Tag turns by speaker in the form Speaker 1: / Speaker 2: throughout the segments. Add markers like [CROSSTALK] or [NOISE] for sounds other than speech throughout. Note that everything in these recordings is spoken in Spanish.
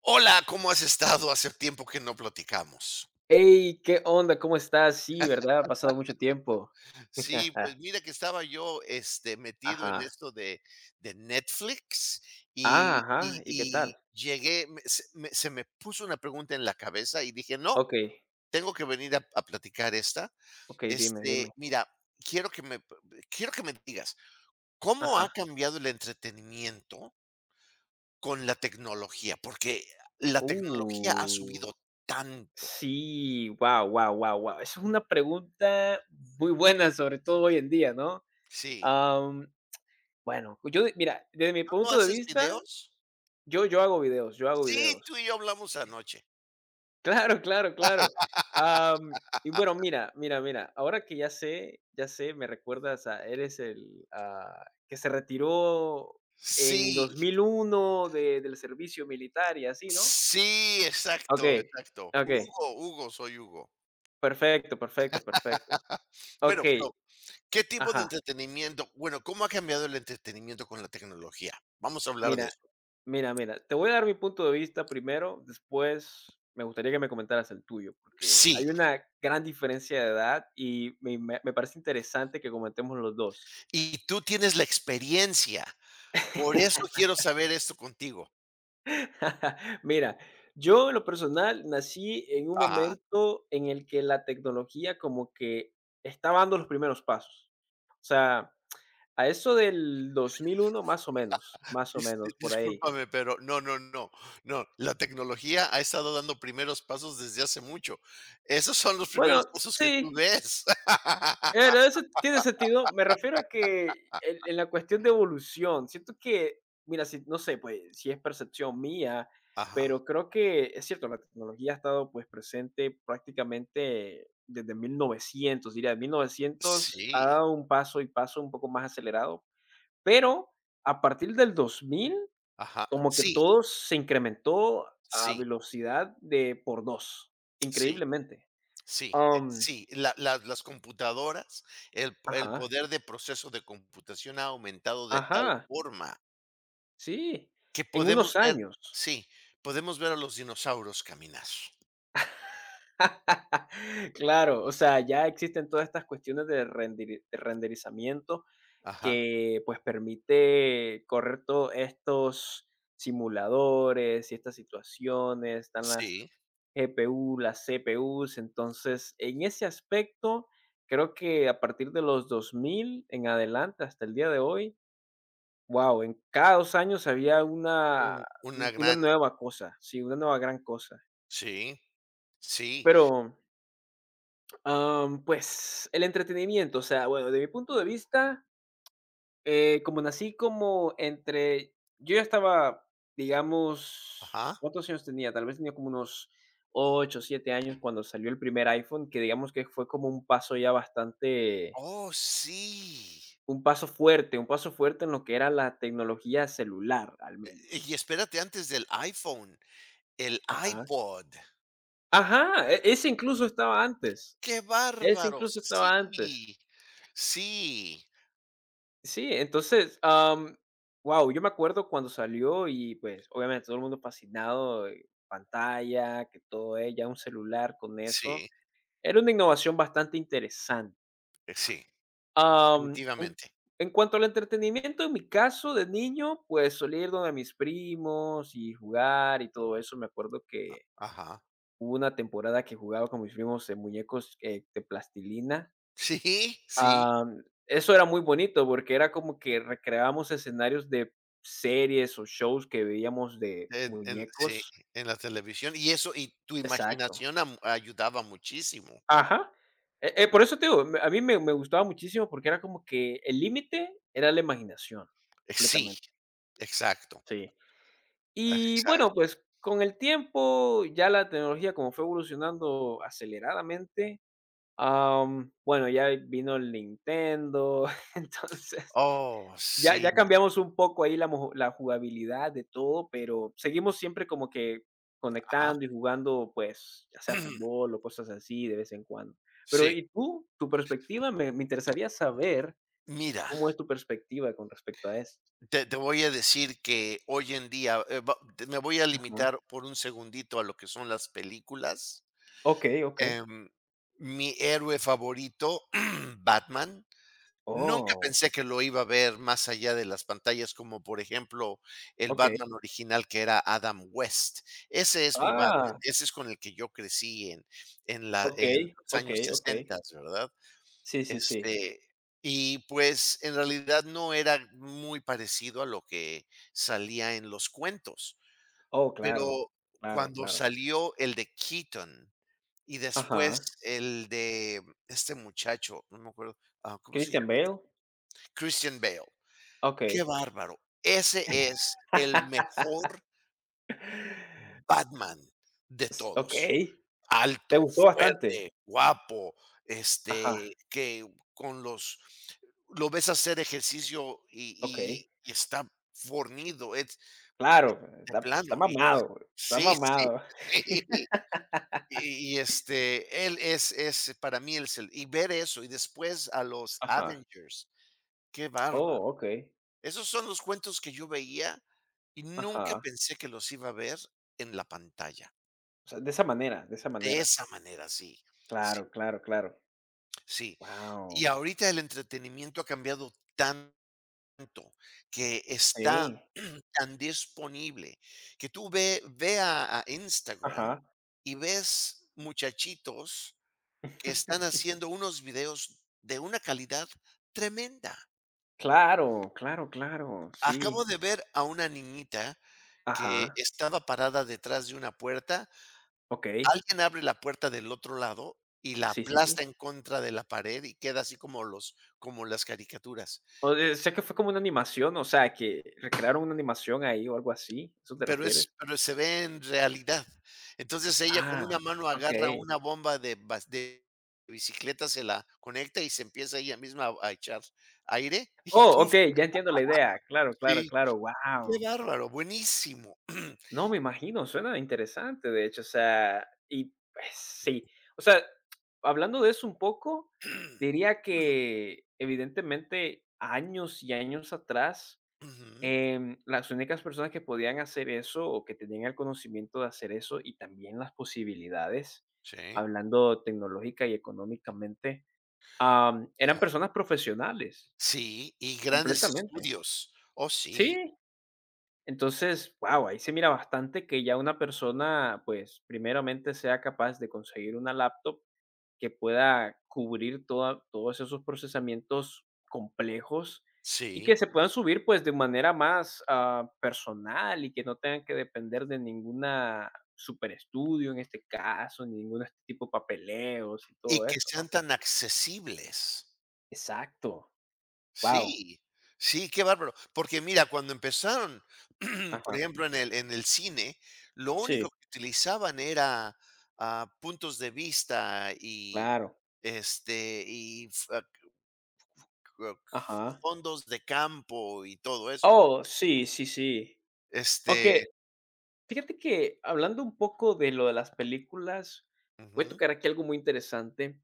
Speaker 1: Hola, ¿cómo has estado? Hace tiempo que no platicamos.
Speaker 2: Hey, ¿qué onda? ¿Cómo estás? Sí, ¿verdad? Ha pasado mucho tiempo.
Speaker 1: Sí, pues
Speaker 2: [LAUGHS]
Speaker 1: mira que estaba yo metido en
Speaker 2: Ajá.
Speaker 1: esto de Netflix
Speaker 2: Ah,
Speaker 1: y, y-
Speaker 2: ajá. ¿Y qué tal?
Speaker 1: y llegué, se me puso una pregunta en la cabeza y dije, no,
Speaker 2: Ok,
Speaker 1: tengo que venir a platicar esta.
Speaker 2: ok, dime, dime.
Speaker 1: Mira, quiero que me, quiero que me digas, ¿cómo ha
Speaker 2: Ajá.
Speaker 1: cambiado el entretenimiento con la tecnología? Porque la tecnología ha
Speaker 2: Uh,
Speaker 1: subido tanto.
Speaker 2: sí, wow, wow, wow, wow. Es una pregunta muy buena, sobre todo hoy en día, ¿no?
Speaker 1: Sí.
Speaker 2: Am, bueno, mira, desde mi
Speaker 1: ¿Tú no
Speaker 2: punto de
Speaker 1: haces
Speaker 2: vista,
Speaker 1: videos?
Speaker 2: yo hago videos, yo hago
Speaker 1: Sí, tú
Speaker 2: videos.
Speaker 1: y yo hablamos anoche.
Speaker 2: Claro, claro, claro. Y bueno, mira, ahora que ya sé, me recuerdas a él que se retiró en
Speaker 1: Sí,
Speaker 2: 2001 de del servicio militar y así, ¿no?
Speaker 1: sí, exacto,
Speaker 2: Okey,
Speaker 1: exacto.
Speaker 2: okey,
Speaker 1: Hugo, Hugo, soy Hugo.
Speaker 2: perfecto.
Speaker 1: [LAUGHS] Bueno,
Speaker 2: Okey,
Speaker 1: pero, ¿qué tipo de
Speaker 2: ajá,
Speaker 1: entretenimiento? Bueno, ¿cómo ha cambiado el entretenimiento con la tecnología? Vamos a hablar de
Speaker 2: mira,
Speaker 1: eso.
Speaker 2: mira, te voy a dar mi punto de vista primero, después me gustaría que me comentaras el tuyo, porque
Speaker 1: Sí,
Speaker 2: hay una gran diferencia de edad y me parece interesante que comentemos los 2.
Speaker 1: y tú tienes la experiencia. Por
Speaker 2: [LAUGHS]
Speaker 1: eso quiero saber esto contigo.
Speaker 2: [LAUGHS] Mira, yo en lo personal nací en un
Speaker 1: Ajá.
Speaker 2: momento en el que la tecnología como que estaba dando los primeros pasos. O sea, a eso del 2001 más o menos por ahí.
Speaker 1: Discúlpame, pero no, no, no, no. La tecnología ha estado dando primeros pasos desde hace mucho. Esos son los primeros
Speaker 2: Bueno,
Speaker 1: pasos que tú
Speaker 2: sí.
Speaker 1: ves.
Speaker 2: Claro,
Speaker 1: [LAUGHS]
Speaker 2: eso tiene sentido. Me refiero a que en la cuestión de evolución, siento que, mira, si, no sé, pues si es percepción mía,
Speaker 1: Ajá.
Speaker 2: pero creo que es cierto, la tecnología ha estado pues presente prácticamente desde 1900 diría, 1900 ha
Speaker 1: Sí,
Speaker 2: dado un paso y paso un poco más acelerado, pero a partir del 2000
Speaker 1: ajá.
Speaker 2: como que
Speaker 1: Sí,
Speaker 2: todo se incrementó a
Speaker 1: sí,
Speaker 2: velocidad de por dos,
Speaker 1: sí,
Speaker 2: increíblemente.
Speaker 1: sí,
Speaker 2: Um.
Speaker 1: sí. La la las computadoras, el
Speaker 2: Ajá,
Speaker 1: poder de proceso de computación ha aumentado de tal
Speaker 2: ajá.
Speaker 1: forma
Speaker 2: Sí,
Speaker 1: que
Speaker 2: en
Speaker 1: podemos
Speaker 2: unos
Speaker 1: ver
Speaker 2: años.
Speaker 1: sí, podemos ver a los dinosaurios caminar.
Speaker 2: [LAUGHS] Claro, o sea, ya existen todas estas cuestiones de de renderizamiento
Speaker 1: Ajá.
Speaker 2: que pues permite correr todos estos simuladores y estas situaciones, están las
Speaker 1: Sí,
Speaker 2: GPU, las CPUs, entonces en ese aspecto creo que a partir de los 2000 en adelante hasta el día de hoy, wow, en cada 2 años había
Speaker 1: un una
Speaker 2: una
Speaker 1: gran
Speaker 2: nueva cosa, sí, una nueva gran cosa.
Speaker 1: sí, sí,
Speaker 2: Pero, pues, el entretenimiento, o sea, bueno, de mi punto de vista, como nací como entre yo ya estaba, digamos,
Speaker 1: ajá.
Speaker 2: ¿cuántos años tenía? Tal vez tenía como unos 8 7 años cuando salió el primer iPhone, que digamos que fue como un paso ya bastante
Speaker 1: Oh, sí.
Speaker 2: un paso fuerte en lo que era la tecnología celular, al
Speaker 1: Y
Speaker 2: menos.
Speaker 1: espérate, antes del iPhone, el
Speaker 2: Ajá.
Speaker 1: iPod.
Speaker 2: Ajá, ese incluso estaba antes,
Speaker 1: ¡Qué
Speaker 2: ese
Speaker 1: bárbaro!
Speaker 2: incluso estaba antes.
Speaker 1: Sí, sí,
Speaker 2: Sí, entonces, guau, yo me acuerdo cuando salió y, pues, obviamente todo el mundo fascinado, pantalla, que todo es, ya un celular con eso.
Speaker 1: sí,
Speaker 2: Era una innovación bastante interesante.
Speaker 1: sí,
Speaker 2: Am,
Speaker 1: definitivamente.
Speaker 2: en cuanto al entretenimiento, en mi caso de niño, pues, solía ir donde mis primos y jugar y todo eso. Me acuerdo que
Speaker 1: Ajá.
Speaker 2: hubo una temporada que jugaba con mis primos de muñecos, de plastilina.
Speaker 1: Sí, sí,
Speaker 2: Eso era muy bonito, porque era como que recreábamos escenarios de series o shows que veíamos de
Speaker 1: en sí,
Speaker 2: muñecos.
Speaker 1: en la televisión, y eso y tu
Speaker 2: Exacto.
Speaker 1: imaginación am ayudaba muchísimo.
Speaker 2: Ajá. Por eso te digo, me a mí me me gustaba muchísimo, porque era como que el límite era la imaginación,
Speaker 1: Sí,
Speaker 2: completamente.
Speaker 1: exacto,
Speaker 2: Sí. Y bueno,
Speaker 1: exacto.
Speaker 2: pues, con el tiempo, ya la tecnología como fue evolucionando aceleradamente, bueno, ya vino el Nintendo. [LAUGHS] Entonces
Speaker 1: Oh,
Speaker 2: Ya
Speaker 1: sí,
Speaker 2: ya cambiamos un poco ahí la jugabilidad de todo, pero seguimos siempre como que
Speaker 1: ajá.
Speaker 2: conectando y jugando, pues, ya sea
Speaker 1: [CLEARS THROAT]
Speaker 2: fútbol o cosas así de vez en cuando. Pero,
Speaker 1: Sí.
Speaker 2: ¿y tú? Tu perspectiva, me me interesaría saber
Speaker 1: Mira,
Speaker 2: cómo es tu perspectiva con respecto a esto.
Speaker 1: te voy a decir que hoy en día, me voy a
Speaker 2: Ajá.
Speaker 1: limitar por un segundito a lo que son las películas.
Speaker 2: Okey, okey.
Speaker 1: Em, Mi héroe favorito, [CLEARS THROAT] Batman. Nunca
Speaker 2: Oh,
Speaker 1: pensé que lo iba a ver más allá de las pantallas, como por ejemplo, el
Speaker 2: okey.
Speaker 1: Batman original que era Adam West. Ese es mi Batman,
Speaker 2: Ah,
Speaker 1: ese es con el que yo crecí en en la
Speaker 2: okey,
Speaker 1: en los años
Speaker 2: okey, okey.
Speaker 1: sesentas, ¿verdad?
Speaker 2: Sí, sí, sí.
Speaker 1: Este, y pues, en realidad no era muy parecido a lo que salía en los cuentos,
Speaker 2: Oh, claro,
Speaker 1: pero
Speaker 2: claro,
Speaker 1: cuando
Speaker 2: claro.
Speaker 1: salió el de Keaton y después
Speaker 2: Ajá.
Speaker 1: el de este muchacho, no me acuerdo, ¿cómo se
Speaker 2: Christian
Speaker 1: llama?
Speaker 2: Bale,
Speaker 1: Christian Bale. Qué
Speaker 2: okey.
Speaker 1: bárbaro. Ese
Speaker 2: S
Speaker 1: es el
Speaker 2: [LAUGHS]
Speaker 1: mejor Batman de todos.
Speaker 2: Te
Speaker 1: Alto,
Speaker 2: gustó bastante.
Speaker 1: fuerte, guapo,
Speaker 2: Ajá,
Speaker 1: que con los, lo ves hacer ejercicio y, y-
Speaker 2: okey.
Speaker 1: y está fornido, es
Speaker 2: Claro,
Speaker 1: de, de
Speaker 2: está
Speaker 1: plano. Y
Speaker 2: mamado, está
Speaker 1: sí, sí,
Speaker 2: mamado.
Speaker 1: [LAUGHS] sí. Y él es para mí el cel y ver eso, y después a los
Speaker 2: Ajá.
Speaker 1: Avengers, qué bárbaro.
Speaker 2: Oh, okey.
Speaker 1: Esos son los cuentos que yo veía y nunca
Speaker 2: Ajá.
Speaker 1: pensé que los iba a ver en la pantalla.
Speaker 2: O sea, de esa manera, de esa
Speaker 1: De
Speaker 2: manera.
Speaker 1: esa manera, sí, sí,
Speaker 2: Claro, claro, claro.
Speaker 1: sí. Y
Speaker 2: Wow.
Speaker 1: ahorita el entretenimiento ha cambiado tanto que está
Speaker 2: Sí.
Speaker 1: [CLEARS THROAT] tan disponible, que tú ve a Instagram
Speaker 2: Ajá.
Speaker 1: y ves muchachitos que están
Speaker 2: [LAUGHS]
Speaker 1: haciendo unos videos de una calidad tremenda.
Speaker 2: Claro, claro, claro. Sí.
Speaker 1: Acabo de ver a una niñita que
Speaker 2: Ajá.
Speaker 1: estaba parada detrás de una puerta,
Speaker 2: Okey.
Speaker 1: alguien abre la puerta del otro lado y la
Speaker 2: Sí, sí,
Speaker 1: aplasta
Speaker 2: sí.
Speaker 1: en contra de la pared y queda así como los como las caricaturas,
Speaker 2: O de sé que Fue como una animación, o sea, que recrearon una animación ahí o algo así, ¿eso te refieres?
Speaker 1: pero se ve en realidad. Entonces ella con una
Speaker 2: Ah,
Speaker 1: mano agarra
Speaker 2: okey.
Speaker 1: una bomba de bicicleta, se la conecta y se empieza ella misma a echar aire y [LAUGHS]
Speaker 2: Oh,
Speaker 1: puff
Speaker 2: okey, ya entiendo la idea. Claro, claro,
Speaker 1: sí.
Speaker 2: claro.
Speaker 1: Qué
Speaker 2: Wow.
Speaker 1: bárbaro, buenísimo.
Speaker 2: No, me imagino, suena interesante, de hecho, o sea, y pues sí, o sea, hablando de eso un poco,
Speaker 1: [CLEARS THROAT]
Speaker 2: diría que evidentemente años y años atrás,
Speaker 1: Ujú,
Speaker 2: las únicas personas que podían hacer eso o que tenían el conocimiento de hacer eso y también las posibilidades,
Speaker 1: sí.
Speaker 2: hablando tecnológica y económicamente, eran
Speaker 1: Oh,
Speaker 2: personas profesionales,
Speaker 1: sí, y grandes
Speaker 2: completamente.
Speaker 1: estudios. Oh, sí,
Speaker 2: Sí, entonces, wow, ahí se mira bastante que ya una persona, pues, primeramente sea capaz de conseguir una laptop que pueda cubrir todos esos procesamientos complejos y que
Speaker 1: sí.
Speaker 2: se puedan subir, pues, de manera más personal y que no tengan que depender de ninguna super estudio en este caso, ni ningún este tipo de papeleos y
Speaker 1: Y
Speaker 2: todo
Speaker 1: que
Speaker 2: eso,
Speaker 1: sean
Speaker 2: ¿no?
Speaker 1: tan accesibles.
Speaker 2: Exacto. Wow.
Speaker 1: Sí, sí, qué bárbaro. Porque mira, cuando empezaron, [CLEARS THROAT] por
Speaker 2: Ajá.
Speaker 1: ejemplo, en el cine, lo único
Speaker 2: Sí,
Speaker 1: que utilizaban era, puntos de vista y,
Speaker 2: claro.
Speaker 1: este, y f ah, c
Speaker 2: Ajá.
Speaker 1: fondos de campo y todo eso, ¿verdad?
Speaker 2: Oh, sí, sí, sí.
Speaker 1: este
Speaker 2: Aunque Fíjate que hablando un poco de lo de las películas, voy a
Speaker 1: Ujú.
Speaker 2: tocar aquí algo muy interesante,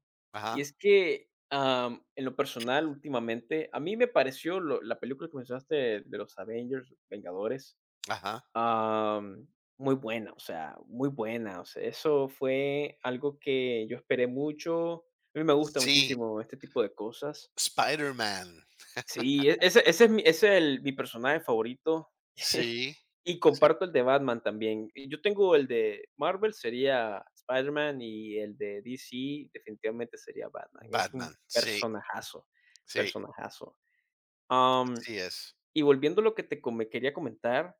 Speaker 2: y
Speaker 1: Ajá,
Speaker 2: es que, en lo personal, últimamente, a mí me pareció lo la película que mencionaste de los Avengers, Vengadores,
Speaker 1: ajá.
Speaker 2: am, muy buena, o sea, muy buena, o sea, eso fue algo que yo esperé mucho. A mí me gusta
Speaker 1: Sí,
Speaker 2: muchísimo este tipo de cosas.
Speaker 1: Spider-Man.
Speaker 2: Sí, ese es mi ese es el mi personaje favorito, [LAUGHS]
Speaker 1: Sí,
Speaker 2: y
Speaker 1: sí,
Speaker 2: comparto el de Batman también. Yo tengo el de Marvel, sería Spider-Man, y el de DC, definitivamente sería Batman. Es un
Speaker 1: Batman, sí,
Speaker 2: personajazo,
Speaker 1: sí,
Speaker 2: personajazo. Am,
Speaker 1: así es.
Speaker 2: y volviendo a lo que te come quería comentar,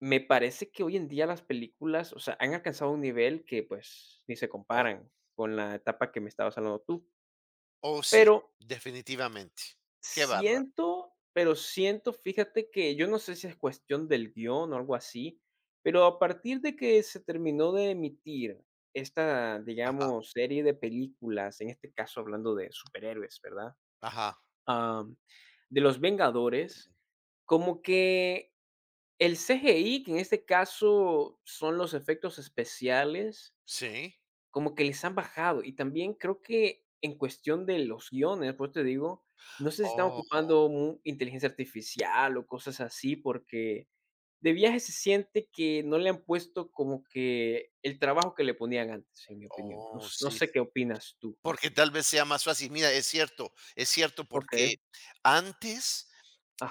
Speaker 2: me parece que hoy en día las películas, o sea, han alcanzado un nivel que, pues, ni se
Speaker 1: Oh,
Speaker 2: comparan con la etapa que me estabas hablando tú,
Speaker 1: oh, sí,
Speaker 2: pero
Speaker 1: definitivamente. Qué bárbaro.
Speaker 2: Siento, fíjate que yo no sé si es cuestión del guión o algo así, pero a partir de que se terminó de emitir esta,
Speaker 1: Ajá,
Speaker 2: digamos, serie de películas, en este caso hablando de superhéroes, ¿verdad?
Speaker 1: ajá,
Speaker 2: Am, de los Vengadores, como que el CGI, que en este caso son los efectos especiales,
Speaker 1: sí.
Speaker 2: como que les han bajado. Y también creo que en cuestión de los guiones, pues te digo, no sé si están
Speaker 1: Oh,
Speaker 2: ocupando inteligencia artificial o cosas así, porque de viaje se siente que no le han puesto como que el trabajo que le ponían antes, en mi opinión. No,
Speaker 1: oh,
Speaker 2: no
Speaker 1: sí,
Speaker 2: sé
Speaker 1: sí.
Speaker 2: qué opinas tú.
Speaker 1: Porque tal vez sea más fácil. Mira, es cierto,
Speaker 2: Ok,
Speaker 1: porque antes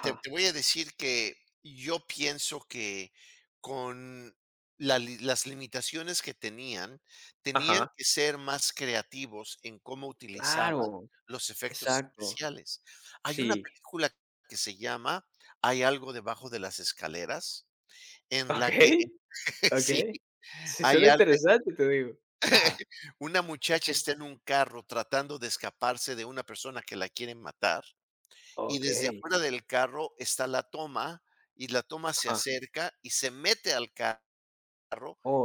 Speaker 1: Te, te voy a decir que yo pienso que con las limitaciones que tenían, tenían
Speaker 2: ajá,
Speaker 1: que ser más creativos en cómo utilizaban
Speaker 2: claro,
Speaker 1: los efectos
Speaker 2: exacto,
Speaker 1: especiales. Hay una
Speaker 2: sí.
Speaker 1: película que se llama Hay algo debajo de las escaleras, en la que
Speaker 2: [LAUGHS] Ok,
Speaker 1: [LAUGHS]
Speaker 2: ok.
Speaker 1: sí,
Speaker 2: Sí,
Speaker 1: hay
Speaker 2: suena
Speaker 1: al-
Speaker 2: interesante, te digo. Ajá,
Speaker 1: una muchacha está en un carro tratando de escaparse de una persona que la quieren matar. Y
Speaker 2: ok,
Speaker 1: desde afuera del carro está la toma, y la toma se
Speaker 2: ajá,
Speaker 1: acerca y se mete al carro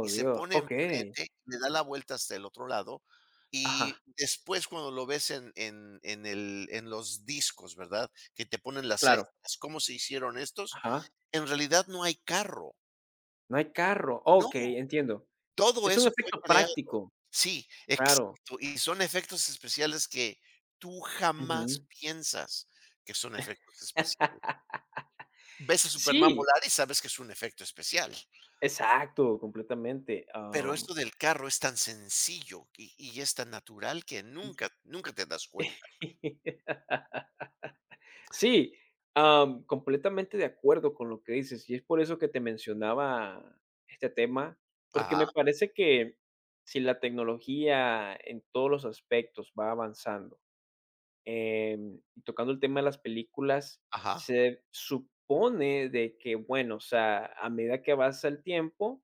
Speaker 1: y se
Speaker 2: Dios,
Speaker 1: pone
Speaker 2: ok,
Speaker 1: enfrente, le da la vuelta hasta el otro lado.
Speaker 2: ajá.
Speaker 1: Y después cuando lo ves en los discos, ¿verdad? Que te ponen las
Speaker 2: Claro,
Speaker 1: extras, ¿cómo se hicieron estos?
Speaker 2: ajá,
Speaker 1: En realidad no hay carro.
Speaker 2: no hay carro,
Speaker 1: No,
Speaker 2: okey, entiendo.
Speaker 1: todo
Speaker 2: Es un
Speaker 1: eso fue
Speaker 2: efecto
Speaker 1: creado.
Speaker 2: práctico,
Speaker 1: Sí,
Speaker 2: claro,
Speaker 1: exacto. Y son efectos especiales que tú
Speaker 2: ujú.
Speaker 1: jamás piensas que son efectos especiales.
Speaker 2: [LAUGHS]
Speaker 1: Ves a Superman
Speaker 2: Sí,
Speaker 1: volar y sabes que es un efecto especial,
Speaker 2: exacto, completamente,
Speaker 1: pero esto del carro es tan sencillo y es tan natural que nunca nunca te das cuenta.
Speaker 2: [LAUGHS] sí, completamente de acuerdo con lo que dices, y es por eso que te mencionaba este tema, porque
Speaker 1: Ajá,
Speaker 2: me parece que si la tecnología en todos los aspectos va avanzando. Tocando el tema de las películas,
Speaker 1: ajá.
Speaker 2: se supone de que, bueno, o sea, a medida que avanza el tiempo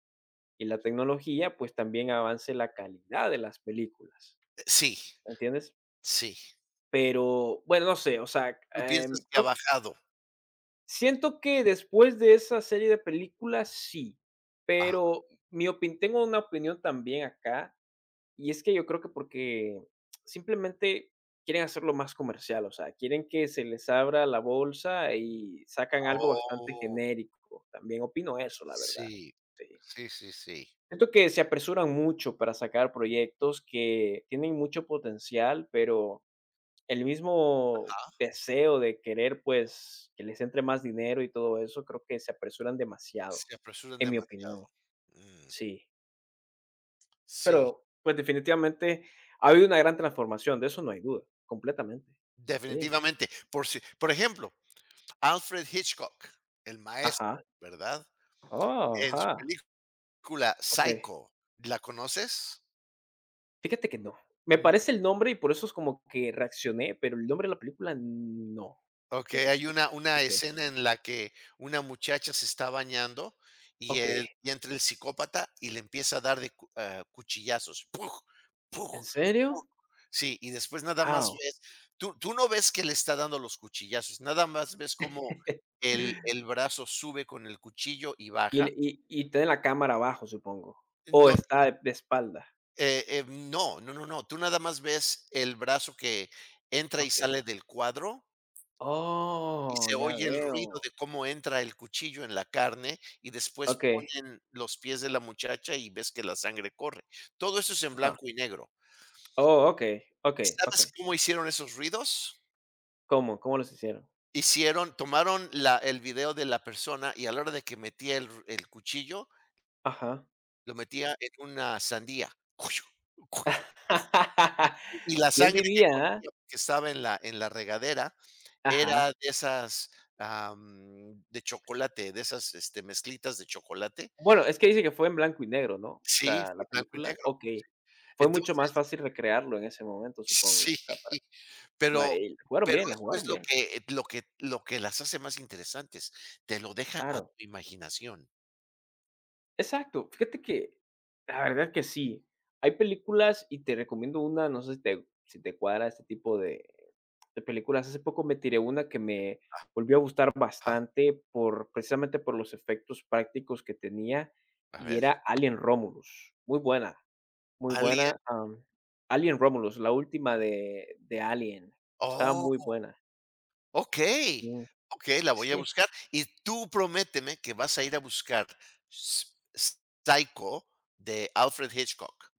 Speaker 2: y la tecnología, pues también avance la calidad de las películas,
Speaker 1: Sí,
Speaker 2: ¿me entiendes?
Speaker 1: sí.
Speaker 2: Pero, bueno, no sé, o sea,
Speaker 1: Tú piensas que ha bajado.
Speaker 2: siento que después de esa serie de películas, sí,
Speaker 1: Ajá.
Speaker 2: pero mi opin tengo una opinión también acá. Y es que yo creo que porque simplemente quieren hacerlo más comercial, o sea, quieren que se les abra la bolsa y sacan algo bastante
Speaker 1: Oh,
Speaker 2: genérico. También opino eso, la verdad.
Speaker 1: sí.
Speaker 2: Sí.
Speaker 1: Sí, sí, sí.
Speaker 2: Siento que se apresuran mucho para sacar proyectos que tienen mucho potencial, pero el mismo
Speaker 1: Ajá.
Speaker 2: deseo de querer, pues, que les entre más dinero y todo eso, creo que se apresuran demasiado,
Speaker 1: Se apresuran
Speaker 2: en mi
Speaker 1: demasiado.
Speaker 2: opinión.
Speaker 1: Mm,
Speaker 2: Sí.
Speaker 1: sí,
Speaker 2: Pero, pues, definitivamente ha habido una gran transformación, de eso no hay duda, completamente. Sí.
Speaker 1: definitivamente. Por si Por ejemplo, Alfred Hitchcock, el maestro,
Speaker 2: Ajá.
Speaker 1: ¿verdad?
Speaker 2: Oh,
Speaker 1: En su
Speaker 2: ajá.
Speaker 1: película
Speaker 2: Okey.
Speaker 1: Psycho, ¿la conoces?
Speaker 2: Fíjate que no. Me parece el nombre y por eso es como que reaccioné, pero el nombre de la película no.
Speaker 1: Okey,
Speaker 2: Fíjate que
Speaker 1: hay
Speaker 2: no.
Speaker 1: una
Speaker 2: Okey.
Speaker 1: escena en la que una muchacha se está bañando y
Speaker 2: Okey.
Speaker 1: el y entra el psicópata y le empieza a dar de cuchillazos. Pug,
Speaker 2: ¿En
Speaker 1: pug,
Speaker 2: serio?
Speaker 1: pug. Sí, y después nada más
Speaker 2: Wow.
Speaker 1: ves tú tú no ves que le está dando los cuchillazos, nada más ves cómo
Speaker 2: [LAUGHS]
Speaker 1: el brazo sube con el cuchillo y
Speaker 2: Y
Speaker 1: baja.
Speaker 2: le y tiene la cámara abajo, supongo, o
Speaker 1: No,
Speaker 2: está de espalda.
Speaker 1: no, no, no, no, tú nada más ves el brazo que entra y
Speaker 2: Okey.
Speaker 1: sale del cuadro. Y
Speaker 2: Oh,
Speaker 1: se
Speaker 2: ya
Speaker 1: oye el ruido
Speaker 2: veo.
Speaker 1: de cómo entra el cuchillo en la carne y después
Speaker 2: Okey.
Speaker 1: ponen los pies de la muchacha y ves que la sangre corre. Todo eso es en
Speaker 2: Ajá.
Speaker 1: blanco y negro.
Speaker 2: Oh, okey, okey,
Speaker 1: ¿Sabes
Speaker 2: okey.
Speaker 1: cómo hicieron esos ruidos?
Speaker 2: ¿Cómo? ¿Cómo los hicieron?
Speaker 1: Hicieron Tomaron la el video de la persona y a la hora de que metía el cuchillo,
Speaker 2: Ajá.
Speaker 1: lo metía en una sandía. Cuyo, cuyo.
Speaker 2: [LAUGHS]
Speaker 1: Y la
Speaker 2: ¿Quién
Speaker 1: sangre que
Speaker 2: diría, ah?
Speaker 1: corría, que estaba en la regadera, era de
Speaker 2: Ajá.
Speaker 1: esas, de chocolate, de esas, mezclitas de chocolate.
Speaker 2: Bueno, es que dice que fue en blanco y negro, ¿no? O
Speaker 1: Sí,
Speaker 2: sea,
Speaker 1: fue
Speaker 2: la
Speaker 1: blanco y
Speaker 2: película,
Speaker 1: negro.
Speaker 2: okey. Fue mucho más
Speaker 1: Entonces,
Speaker 2: fácil recrearlo en ese momento, supongo.
Speaker 1: sí,
Speaker 2: O sea, para bueno,
Speaker 1: pero
Speaker 2: y
Speaker 1: pero
Speaker 2: la
Speaker 1: eso
Speaker 2: jugaron
Speaker 1: es lo
Speaker 2: bien,
Speaker 1: que eh, lo que lo que las hace más interesantes, te lo deja a tu
Speaker 2: claro.
Speaker 1: imaginación.
Speaker 2: Exacto, fíjate que la verdad que sí. Hay películas y te recomiendo una, no sé si te cuadra este tipo de películas. Hace poco me tiré una que me volvió a gustar
Speaker 1: Ajá,
Speaker 2: bastante por precisamente por los efectos prácticos que tenía,
Speaker 1: a
Speaker 2: y
Speaker 1: ver.
Speaker 2: era Alien Romulus. Muy
Speaker 1: Alien,
Speaker 2: buena, Alien Romulus, la última de Alien. Estaba
Speaker 1: oh,
Speaker 2: muy buena.
Speaker 1: okey,
Speaker 2: Mm,
Speaker 1: okey, la voy a
Speaker 2: sí.
Speaker 1: buscar. Y tú prométeme que vas a ir a buscar Ps Ps Psycho de Alfred Hitchcock.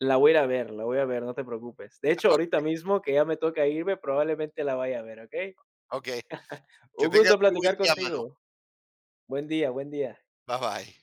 Speaker 2: La voy a ir a ver, la voy a ver, no te preocupes. De hecho,
Speaker 1: [LAUGHS]
Speaker 2: ahorita mismo que ya me toca irme, probablemente la vaya a ver, ¿ok?
Speaker 1: Okey, que
Speaker 2: Un
Speaker 1: tengas
Speaker 2: gusto
Speaker 1: muy buen
Speaker 2: platicar
Speaker 1: día, mano.
Speaker 2: contigo. Buen día, buen día.
Speaker 1: Bye, bye.